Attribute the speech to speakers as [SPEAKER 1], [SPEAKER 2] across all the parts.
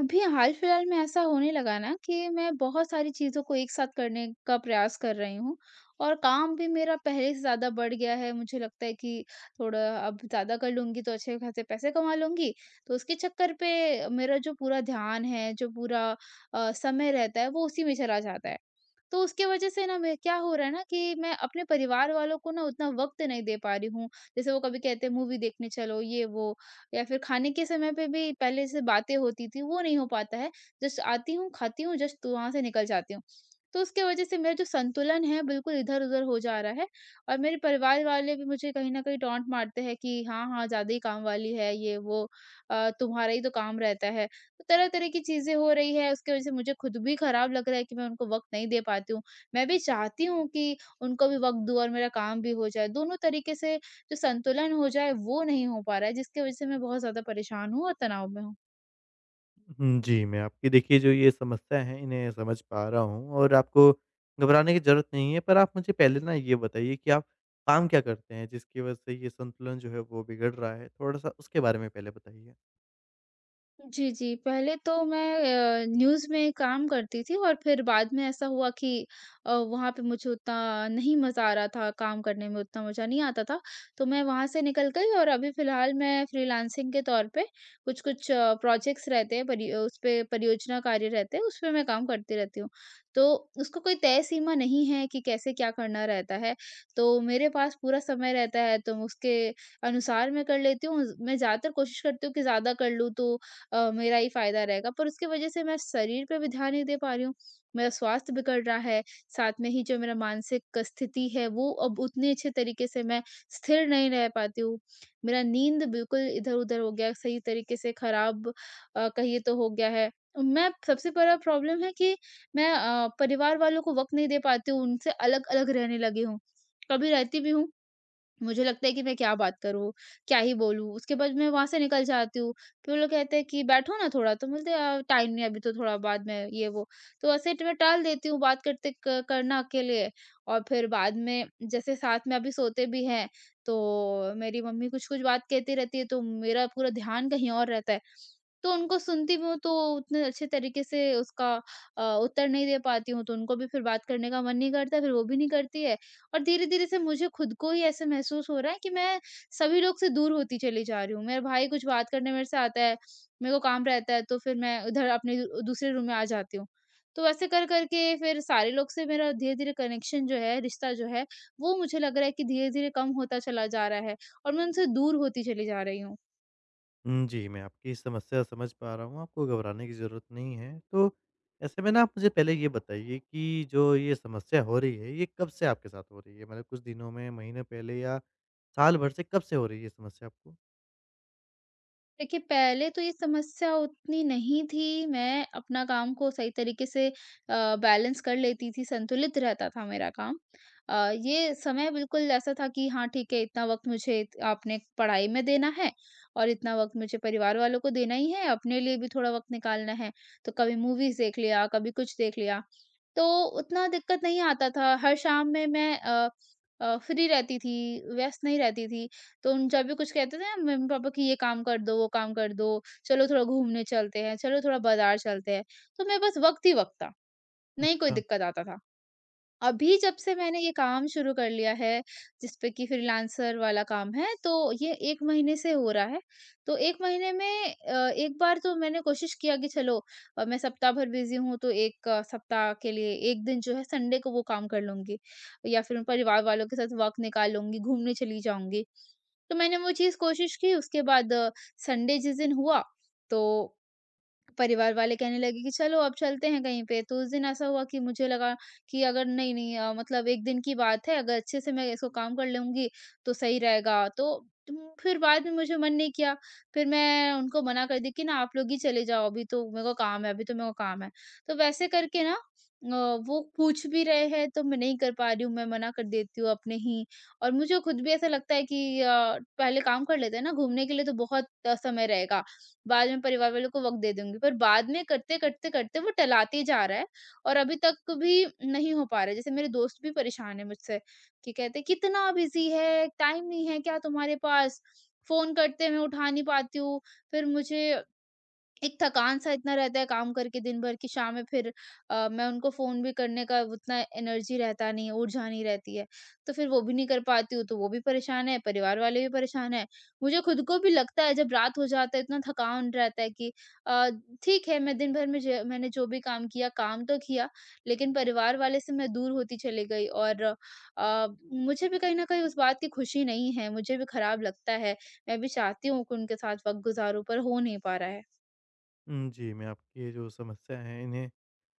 [SPEAKER 1] अभी हाल-फिलहाल में ऐसा होने लगा ना कि मैं बहुत सारी चीज़ों को एक साथ करने का प्रयास कर रही हूँ और काम भी मेरा पहले से ज़्यादा बढ़ गया है। मुझे लगता है कि थोड़ा अब ज़्यादा कर लूँगी तो अच्छे खासे पैसे कमा लूँगी। तो उसके चक्कर पे मेरा जो पूरा ध्यान है, जो पूरा समय रहता है वो उसी में चला जाता है। तो उसकी वज़ह से ना मैं क्या हो रहा है ना कि मैं अपने परिवार वालों को ना उतना वक़्त नहीं दे पा रही हूँ। जैसे वो कभी कहते हैं मूवी देखने चलो, ये वो या फिर खाने के समय पे भी पहले जैसे बातें होती थी वो नहीं हो पाता है। जस्ट आती हूँ, खाती हूँ, जस्ट वहाँ से निकल जाती हूँ। तो उसके वजह से मेरा जो संतुलन है बिल्कुल इधर-उधर हो जा रहा है और मेरे परिवार वाले भी मुझे कहीं न कहीं टॉन्ट मारते हैं कि हाँ, हाँ, ज़्यादा ही काम वाली है ये वो तुम्हारा ही तो काम रहता है। तो तरह-तरह की चीज़ें हो रही है उसकी वजह से मुझे खुद भी खराब लग रहा है कि मैं उनको वक़्त नहीं दे पाती हूँ। मैं भी चाहती हूँ कि उनको भी वक़्त दूँ और मेरा काम भी हो जाए। दोनों तरीके से जो संतुलन हो जाए वो नहीं हो पा रहा है जिसकी वजह से मैं बहुत ज़्यादा परेशान हूँ और तनाव में हूँ।
[SPEAKER 2] हुँ, जी, मैं आपकी देखिए जो ये समस्या है इन्हें समझ पा रहा हूँ और आपको घबराने की ज़रूरत नहीं है। पर आप मुझे पहले ना ये बताइए कि आप काम क्या करते हैं जिसकी वज़ह से ये संतुलन जो है वो बिगड़ रहा है? थोड़ा-सा उसके बारे में पहले बताइए।
[SPEAKER 1] जी, जी। पहले तो मैं न्यूज़ में काम करती थी और फिर बाद में ऐसा हुआ कि वहाँ पे मुझे उतना नहीं मज़ा आ रहा था, काम करने में उतना मज़ा नहीं आता था, तो मैं वहाँ से निकल गई और अभी फ़िलहाल मैं फ्रीलांसिंग के तौर पे कुछ-कुछ प्रोजेक्ट्स रहते हैं, परि उस पे परियोजना कार्य रहते हैं, उसपे मैं काम करती रहती हूँ। तो उसको कोई तय सीमा नहीं है कि कैसे क्या करना रहता है, तो मेरे पास पूरा समय रहता है, तो उसके अनुसार मैं कर लेती हूँ। मैं ज़्यादातर कोशिश करती हूँ कि ज़्यादा कर लूँ, तो मेरा ही फ़ायदा रहेगा पर उसकी वजह से मैं शरीर पे भी ध्यान नहीं दे पा रही हूँ। मेरा स्वास्थ्य बिगड़ रहा है, साथ में ही जो मेरा मानसिक स्थिति है वो अब उतने अच्छे तरीके से मैं स्थिर नहीं रह पाती हूँ। मेरा नींद बिल्कुल इधर-उधर हो गया है, सही तरीके से खराब कहिए तो हो गया है। मैं सबसे बड़ा प्रॉब्लम है कि मैं परिवार वालों को वक़्त नहीं दे पाती हूँ, उनसे अलग-अलग रहने लगी हूँ। कभी रहती भी हूँ मुझे लगता है कि मैं क्या बात करूँ, क्या ही बोलूँ, उसके बाद मैं वहाँ से निकल जाती हूँ। फिर वो लोग कहते हैं कि बैठो ना थोड़ा, तो बोलते हैं टाइम नहीं है अभी तो थोड़ा बाद में ये वो। तो ऐसे मैं टाल देती हूँ बात करते क करना के लिए और फिर बाद में जैसे साथ में अभी सोते भी हैं, तो मेरी मम्मी कुछ-कुछ बात कहती रहती है तो मेरा पूरा ध्यान कहीं और रहता है। तो उनको सुनती भी हूँ तो उतने अच्छे तरीके से उसका उत्तर नहीं दे पाती हूँ, तो उनको भी फिर बात करने का मन नहीं करता, फिर वो भी नहीं करती है। और धीरे-धीरे से मुझे खुद को ही ऐसे महसूस हो रहा है कि मैं सभी लोग से दूर होती चली जा रही हूँ। मेरा भाई कुछ बात करने मेरे से आता है, मेरे को काम रहता है तो फिर मैं उधर अपने दूसरे रूम में आ जाती हूँ। तो ऐसे कर-कर के फिर सारे लोग से मेरा धीरे-धीरे कनेक्शन जो है, रिश्ता जो है, वो मुझे लग रहा है कि धीरे-धीरे कम होता चला जा रहा है और मैं उनसे दूर होती चली जा रही हूँ।
[SPEAKER 2] हुँ, जी, मैं आपकी समस्या समझ पा रहा हूँ, आपको घबराने की ज़रूरत नहीं है। तो ऐसे में ना आप मुझे पहले ये बताइए कि जो ये समस्या हो रही है, ये कब से आपके साथ हो रही है? मतलब कुछ दिनों में, महीने पहले या साल भर से कब से हो रही है ये समस्या आपको?
[SPEAKER 1] देखिए, पहले तो ये समस्या उतनी नहीं थी, मैं अपना काम को सही तरीके से बैलेंस कर लेती थी, संतुलित रहता था मेरा काम। ये समय बिल्कुल ऐसा था कि हाँ, ठीक है इतना वक़्त मुझे अपने पढ़ाई में देना है और इतना वक़्त मुझे परिवार वालों को देना ही है, अपने लिए भी थोड़ा वक़्त निकालना है। तो कभी मूवीज़ देख लिया, कभी कुछ देख लिया। तो उतना दिक्कत नहीं आता था। हर शाम में मैं फ्री रहती थी, व्यस्त नहीं रहती थी। तो उन जब भी कुछ कहते थे ना मम्मी-पापा कि ये काम कर दो, वो काम कर दो, चलो थोड़ा घूमने चलते हैं, चलो थोड़ा बाज़ार चलते हैं। तो मेरे पास वक़्त ही वक़्त था, नहीं कोई
[SPEAKER 2] अच्छा।
[SPEAKER 1] दिक्कत आता था। अभी जब से मैंने ये काम शुरू कर लिया है, जिस पे कि फ्रीलांसर वाला काम है, तो ये 1 महीने से हो रहा है। तो 1 महीने में एक बार तो मैंने कोशिश किया कि चलो मैं सप्ताह भर बिज़ी हूँ, तो 1 सप्ताह के लिए 1 दिन जो है संडे को वो काम कर लूँगी या फिर परिवार वालों के साथ वक़्त निकाल लूँगी, घूमने चली जाऊँगी। तो मैंने वो चीज़ कोशिश की, उसके बाद संडे जिस दिन हुआ, तो परिवार वाले कहने लगे कि चलो अब चलते हैं कहीं पे, तो उस दिन ऐसा हुआ कि मुझे लगा कि अगर नहीं, नहीं मतलब 1 दिन की बात है, अगर अच्छे से मैं इसको काम कर लूँगी तो सही रहेगा। तो उम, फिर बाद में मुझे मन नहीं किया, फिर मैं उनको मना कर दी कि ना आप लोग ही चले जाओ अभी तो मेरे को काम है, अभी तो मेरे को काम है। तो वैसे करके ना अ, वो पूछ भी रहे हैं तो मैं नहीं कर पा रही हूँ, मैं मना कर देती हूँ अपने ही और मुझे खुद भी ऐसा लगता है कि पहले काम कर लेते हैं ना, घूमने के लिए तो बहुत समय रहेगा। बाद में परिवार वालों को वक़्त दे दूँगी, पर बाद में करते-करते-करते वो टलाते जा रहा है और अभी तक भी नहीं हो पा रहा है। जैसे मेरे दोस्त भी परेशान है मुझसे कि कहते हैं, "कितना बिज़ी है, टाइम नहीं है क्या तुम्हारे पास? फ़ोन करते हैं, मैं उठा नहीं पाती हूँ, फिर मुझे एक थकान-सा इतना रहता है काम करके दिन भर कि शाम में फिर मैं उनको फ़ोन भी करने का उतना एनर्जी रहता नहीं है, ऊर्जा नहीं रहती है। तो फिर वो भी नहीं कर पाती हूँ, तो वो भी परेशान है, परिवार वाले भी परेशान हैं। मुझे खुद को भी लगता है जब रात हो जाता है इतना थकान रहता है कि अ, ठीक है मैं दिन भर में ज मैंने जो भी काम किया, काम तो किया लेकिन परिवार वाले से मैं दूर होती चली गई और अ, मुझे भी कहीं न कहीं उस बात की खुशी नहीं है, मुझे भी खराब लगता है। मैं भी चाहती हूँ कि उनके साथ वक़्त गुज़ारूँ पर हो नहीं पा रहा है।
[SPEAKER 2] हुँ, जी, मैं आपकी ये जो समस्या है इन्हें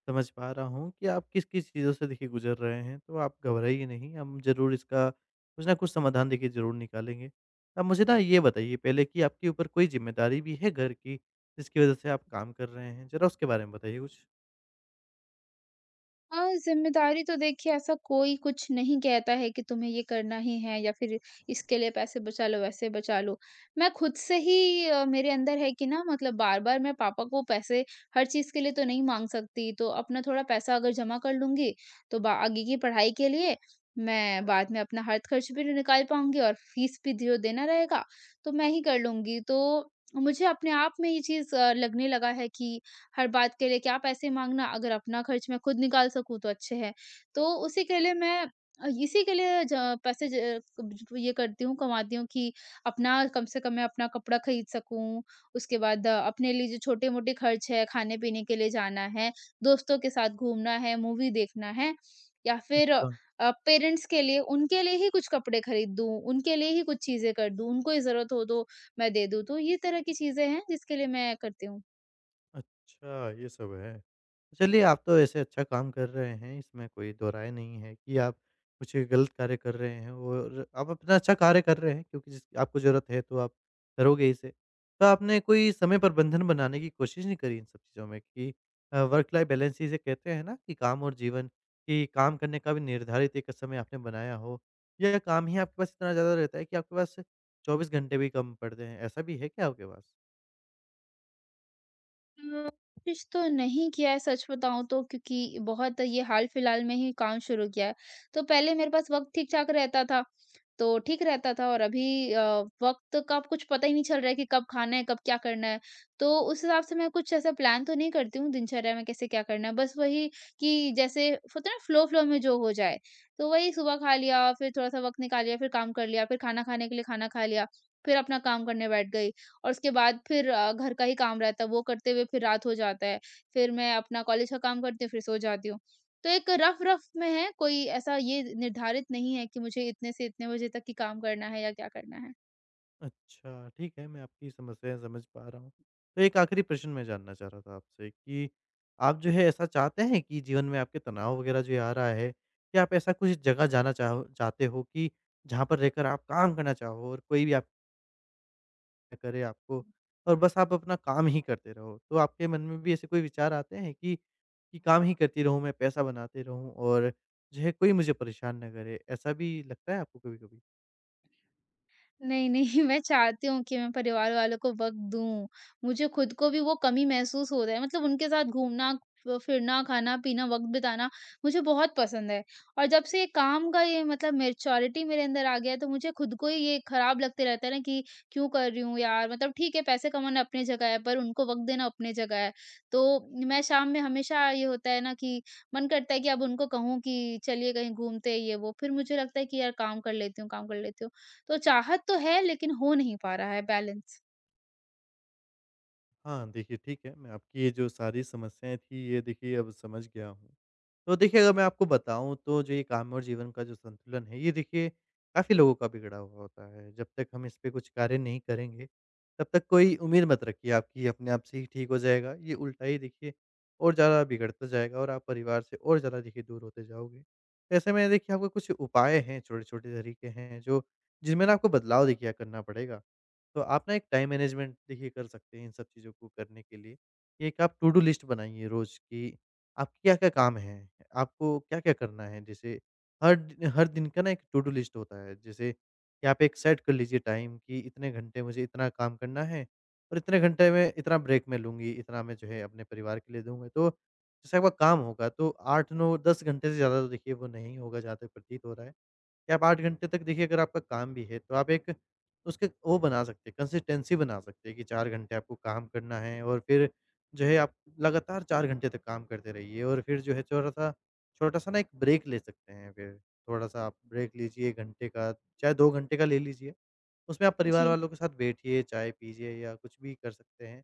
[SPEAKER 2] समझ पा रहा हूँ कि आप किस-किस चीज़ों से देखिए गुज़र रहे हैं, तो आप घबराइए नहीं, हम ज़रूर इसका कुछ ना कुछ समाधान देखिए ज़रूर निकालेंगे। आप मुझे ना ये बताइए पहले कि आपके ऊपर कोई ज़िम्मेदारी भी है घर की, जिसकी वज़ह से आप काम कर रहे हैं? ज़रा उसके बारे में बताइए कुछ।
[SPEAKER 1] हाँ, ज़िम्मेदारी तो देखिए ऐसा कोई कुछ नहीं कहता है कि तुम्हें ये करना ही है या फिर इसके लिए पैसे बचा लो, वैसे बचा लो। मैं खुद से ही मेरे अंदर है कि ना मतलब बार-बार मैं पापा को पैसे हर चीज़ के लिए तो नहीं माँग सकती, तो अपना थोड़ा पैसा अगर जमा कर लूँगी, तो बा आगे की पढ़ाई के लिए मैं बाद में अपना हर खर्च भी निकाल पाऊँगी और फीस भी जो देना रहेगा, तो मैं ही कर लूँगी। तो मुझे अपने आप में ये चीज़ लगने लगा है कि हर बात के लिए क्या पैसे माँगना, अगर अपना खर्च मैं खुद निकाल सकूँ तो अच्छे है। तो उसी के लिए मैं इसी के लिए ज पैसे ये करती हूँ, कमाती हूँ कि अपना कम से कम मैं अपना कपड़ा खरीद सकूँ, उसके बाद अपने लिए जो छोटे-मोटे खर्च है, खाने-पीने के लिए जाना है, दोस्तों के साथ घूमना है, मूवी देखना है या फिर
[SPEAKER 2] अच्छा।
[SPEAKER 1] पेरेंट्स के लिए उनके लिए ही कुछ कपड़े खरीद दूँ, उनके लिए ही कुछ चीज़ें कर दूँ, उनको ही ज़रूरत हो तो मैं दे दूँ। तो ये तरह की चीज़ें हैं जिसके लिए मैं करती हूँ।
[SPEAKER 2] अच्छा, ये सब है। चलिए, आप तो ऐसे अच्छा काम कर रहे हैं, इसमें कोई दो राय नहीं है कि आप कुछ गलत कार्य कर रहे हैं और आप अपना अच्छा कार्य कर रहे हैं क्योंकि जिस आपको ज़रूरत है, तो आप करोगे इसे। तो आपने कोई समय प्रबंधन बनाने की कोशिश नहीं करी इन सब चीज़ों में कि वर्क लाइफ बैलेंस जिसे कहते हैं ना कि काम और जीवन, कि काम करने का भी निर्धारित एक समय आपने बनाया हो या काम ही आपके पास इतना ज़्यादा रहता है कि आपके पास 24 घंटे भी कम पड़ते हैं, ऐसा भी है क्या आपके पास?
[SPEAKER 1] कोशिश तो नहीं किया है सच बताऊँ तो क्योंकि बहुत ये हाल-फिलहाल में ही काम शुरू किया है। तो पहले मेरे पास वक़्त ठीक-ठाक रहता था, तो ठीक रहता था और अभी वक़्त का कुछ पता ही नहीं चल रहा है कि कब खाना है, कब क्या करना है। तो उस हिसाब से मैं कुछ ऐसा प्लान तो नहीं करती हूँ दिनचर्या में कैसे क्या करना है, बस वही कि जैसे होता है ना फ्लो-फ्लो में जो हो जाए। तो वही सुबह खा लिया, फिर थोड़ा-सा वक़्त निकाल लिया, फिर काम कर लिया, फिर खाना खाने के लिए खाना खा लिया, फिर अपना काम करने बैठ गई। और उसके बाद फिर घर का ही काम रहता है, वो करते हुए फिर रात हो जाता है। फिर मैं अपना कॉलेज का काम करती हूँ, फिर सो जाती हूँ। तो एक रफ-रफ में है, कोई ऐसा ये निर्धारित नहीं है कि मुझे इतने से इतने बजे तक ही काम करना है या क्या करना है।
[SPEAKER 2] अच्छा, ठीक है, मैं आपकी समस्याएँ समझ पा रहा हूँ। तो एक आखिरी प्रश्न मैं जानना चाह रहा था आपसे कि आप जो है ऐसा चाहते हैं कि जीवन में आपके तनाव वगैरह जो ये आ रहा है, क्या आप ऐसा कुछ जगह जाना चाहो चाहते हो कि जहाँ पर रहकर आप काम करना चाहो और कोई भी आप ना करे आपको और बस आप अपना काम ही करते रहो? तो आपके मन में भी ऐसे कोई विचार आते हैं कि काम ही करती रहूँ मैं, पैसा बनाते रहूँ और जो है कोई मुझे परेशान ना करे, ऐसा भी लगता है आपको कभी-कभी?
[SPEAKER 1] नहीं, नहीं मैं चाहती हूँ कि मैं परिवार वालों को वक़्त दूँ। मुझे खुद को भी वो कमी महसूस हो रहा है मतलब उनके साथ घूमना, फ फिरना, खाना-पीना, वक़्त बिताना मुझे बहुत पसंद है। और जब से ये काम का ये मतलब मैच्योरिटी मेरे अंदर आ गया है तो मुझे खुद को ही ये खराब लगते रहता है ना कि क्यों कर रही हूँ यार? मतलब ठीक है पैसे कमाना अपनी जगह है पर उनको वक़्त देना अपनी जगह है। तो मैं शाम में हमेशा ये होता है ना कि मन करता है कि अब उनको कहूँ कि चलिए कहीं घूमते हैं ये वो, फिर मुझे लगता है कि यार काम कर लेती हूँ, काम कर लेती हूँ। तो चाहत तो है लेकिन हो नहीं पा रहा है बैलेंस।
[SPEAKER 2] हाँ, देखिए ठीक है, मैं आपकी ये जो सारी समस्याएँ थी ये देखिए अब समझ गया हूँ। तो देखिए अगर मैं आपको बताऊँ तो जो ये काम और जीवन का जो संतुलन है ये देखिए काफ़ी लोगों का बिगड़ा हुआ होता है। जब तक हम इस पे कुछ कार्य नहीं करेंगे, तब तक कोई उम्मीद मत रखिए आपकी ये अपने आप से ही ठीक हो जाएगा। ये उल्टा ही देखिए और ज़्यादा बिगड़ता जाएगा और आप परिवार से और ज़्यादा देखिए दूर होते जाओगे। ऐसे में देखिए आपको कुछ उपाय हैं, छोटे-छोटे तरीके हैं जो जिनमें ना आपको बदलाव देखिए करना पड़ेगा। तो आप ना एक टाइम मैनेजमेंट देखिए कर सकते हैं इन सब चीज़ों को करने के लिए। ये एक आप टू-डू लिस्ट बनाइए रोज़ की, आपके क्या-क्या काम हैं, आपको क्या-क्या करना है। जैसे हर दिन का ना एक टू-डू लिस्ट होता है, जैसे कि आप एक सेट कर लीजिए टाइम कि इतने घंटे मुझे इतना काम करना है और इतने घंटे में इतना ब्रेक मैं लूँगी, इतना मैं जो है अपने परिवार के लिए दूँगा। तो जैसे आपका काम होगा तो 8, 9, 10 घंटे से ज़्यादा तो देखिए वो नहीं होगा जहाँ तक प्रतीत हो रहा है। कि आप 8 घंटे तक देखिए अगर आपका काम भी है, तो आप एक उसके वो बना सकते हैं, कंसिस्टेंसी बना सकते हैं कि 4 घंटे आपको काम करना है और फिर जो है आप लगातार 4 घंटे तक काम करते रहिए और फिर जो है थोड़ा-सा छोटा-सा ना एक ब्रेक ले सकते हैं फिर। थोड़ा-सा आप ब्रेक लीजिए 1 घंटे का, चाहे 2 घंटे का ले लीजिए। उसमें आप परिवार
[SPEAKER 1] जी।
[SPEAKER 2] वालों के साथ बैठिए, चाय पीजिए या कुछ भी कर सकते हैं।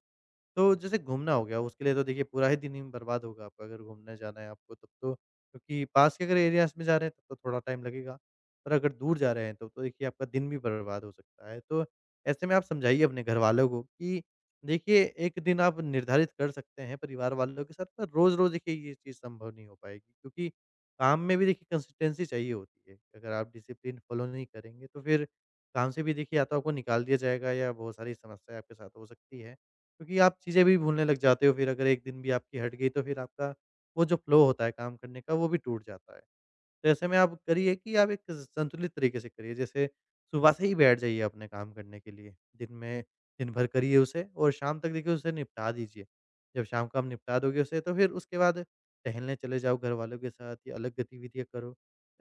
[SPEAKER 2] तो जैसे घूमना हो गया, उसके लिए तो देखिए पूरा ही दिन ही बर्बाद होगा आपका अगर घूमने जाना है आपको तब तो। क्योंकि पास के अगर एरियाज़ में जा रहे हैं तब तो थोड़ा टाइम लगेगा, पर अगर दूर जा रहे हैं तब तो देखिए आपका दिन भी बर्बाद हो सकता है। तो ऐसे में आप समझाइए अपने घरवालों को कि देखिए, एक दिन आप निर्धारित कर सकते हैं परिवार वालों के साथ पर रोज़-रोज़ देखिए ये चीज़ संभव नहीं हो पाएगी क्योंकि काम में भी देखिए कंसिस्टेंसी चाहिए होती है। अगर आप डिसिप्लिन फ़ॉलो नहीं करेंगे तो फिर काम से भी देखिए या तो आपको निकाल दिया जाएगा या बहुत सारी समस्याएँ आपके साथ हो सकती है। क्योंकि आप चीज़ें भी भूलने लग जाते हो फिर अगर एक दिन भी आपकी हट गई तो फिर आपका वो जो फ़्लो होता है काम करने का वो भी टूट जाता है। तो ऐसे में आप करिए कि आप एक संतुलित तरीके से करिए, जैसे सुबह से ही बैठ जाइए अपने काम करने के लिए। दिन में दिन भर करिए उसे और शाम तक देखिए उसे निपटा दीजिए। जब शाम को आप निपटा दोगे उसे तो फिर उसके बाद टहलने चले जाओ घर वालों के साथ या अलग गतिविधियाँ करो।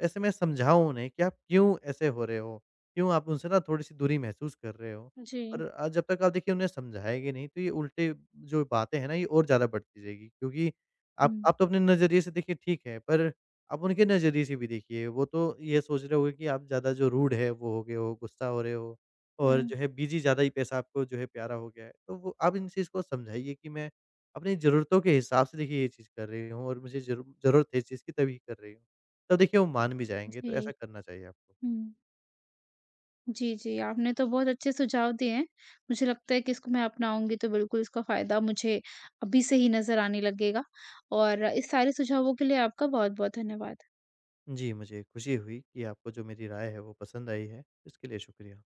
[SPEAKER 2] ऐसे में समझाओ उन्हें कि आप क्यों ऐसे हो रहे हो? क्यों आप उनसे ना थोड़ी-सी दूरी महसूस कर रहे हो?
[SPEAKER 1] जी।
[SPEAKER 2] और जब तक आप देखिए उन्हें समझाएँगे नहीं तो ये उल्टे जो बातें हैं ना ये और ज़्यादा बढ़ती जाएगी क्योंकि आप
[SPEAKER 1] हुँ।
[SPEAKER 2] आप तो अपने नज़रिए से देखिए ठीक है पर आप उनके नज़रिए से भी देखिए, वो तो ये सोच रहे होंगे कि आप ज़्यादा जो रूड है वो हो गए हो, गुस्सा हो रहे हो और
[SPEAKER 1] हुँ।
[SPEAKER 2] जो है बीजी ज़्यादा ही पैसा आपको जो है प्यारा हो गया है। तो वो आप इन चीज़ को समझाइए कि मैं अपनी ज़रूरतों के हिसाब से देखिए ये चीज़ कर रही हूँ और मुझे ज़रूरत है इस चीज़ की तभी कर रही हूँ। तब देखिए वो मान भी जाएँगे, तो
[SPEAKER 1] जी।
[SPEAKER 2] ऐसा करना चाहिए आपको।
[SPEAKER 1] हुँ। जी, जी, आपने तो बहुत अच्छे सुझाव दिए हैं। मुझे लगता है कि इसको मैं अपनाऊँगी तो बिल्कुल इसका फ़ायदा मुझे अभी से ही नज़र आने लगेगा और इस सारे सुझावों के लिए आपका बहुत-बहुत धन्यवाद।
[SPEAKER 2] जी, मुझे खुशी हुई कि आपको जो मेरी राय है वो पसंद आई है, इसके लिए शुक्रिया।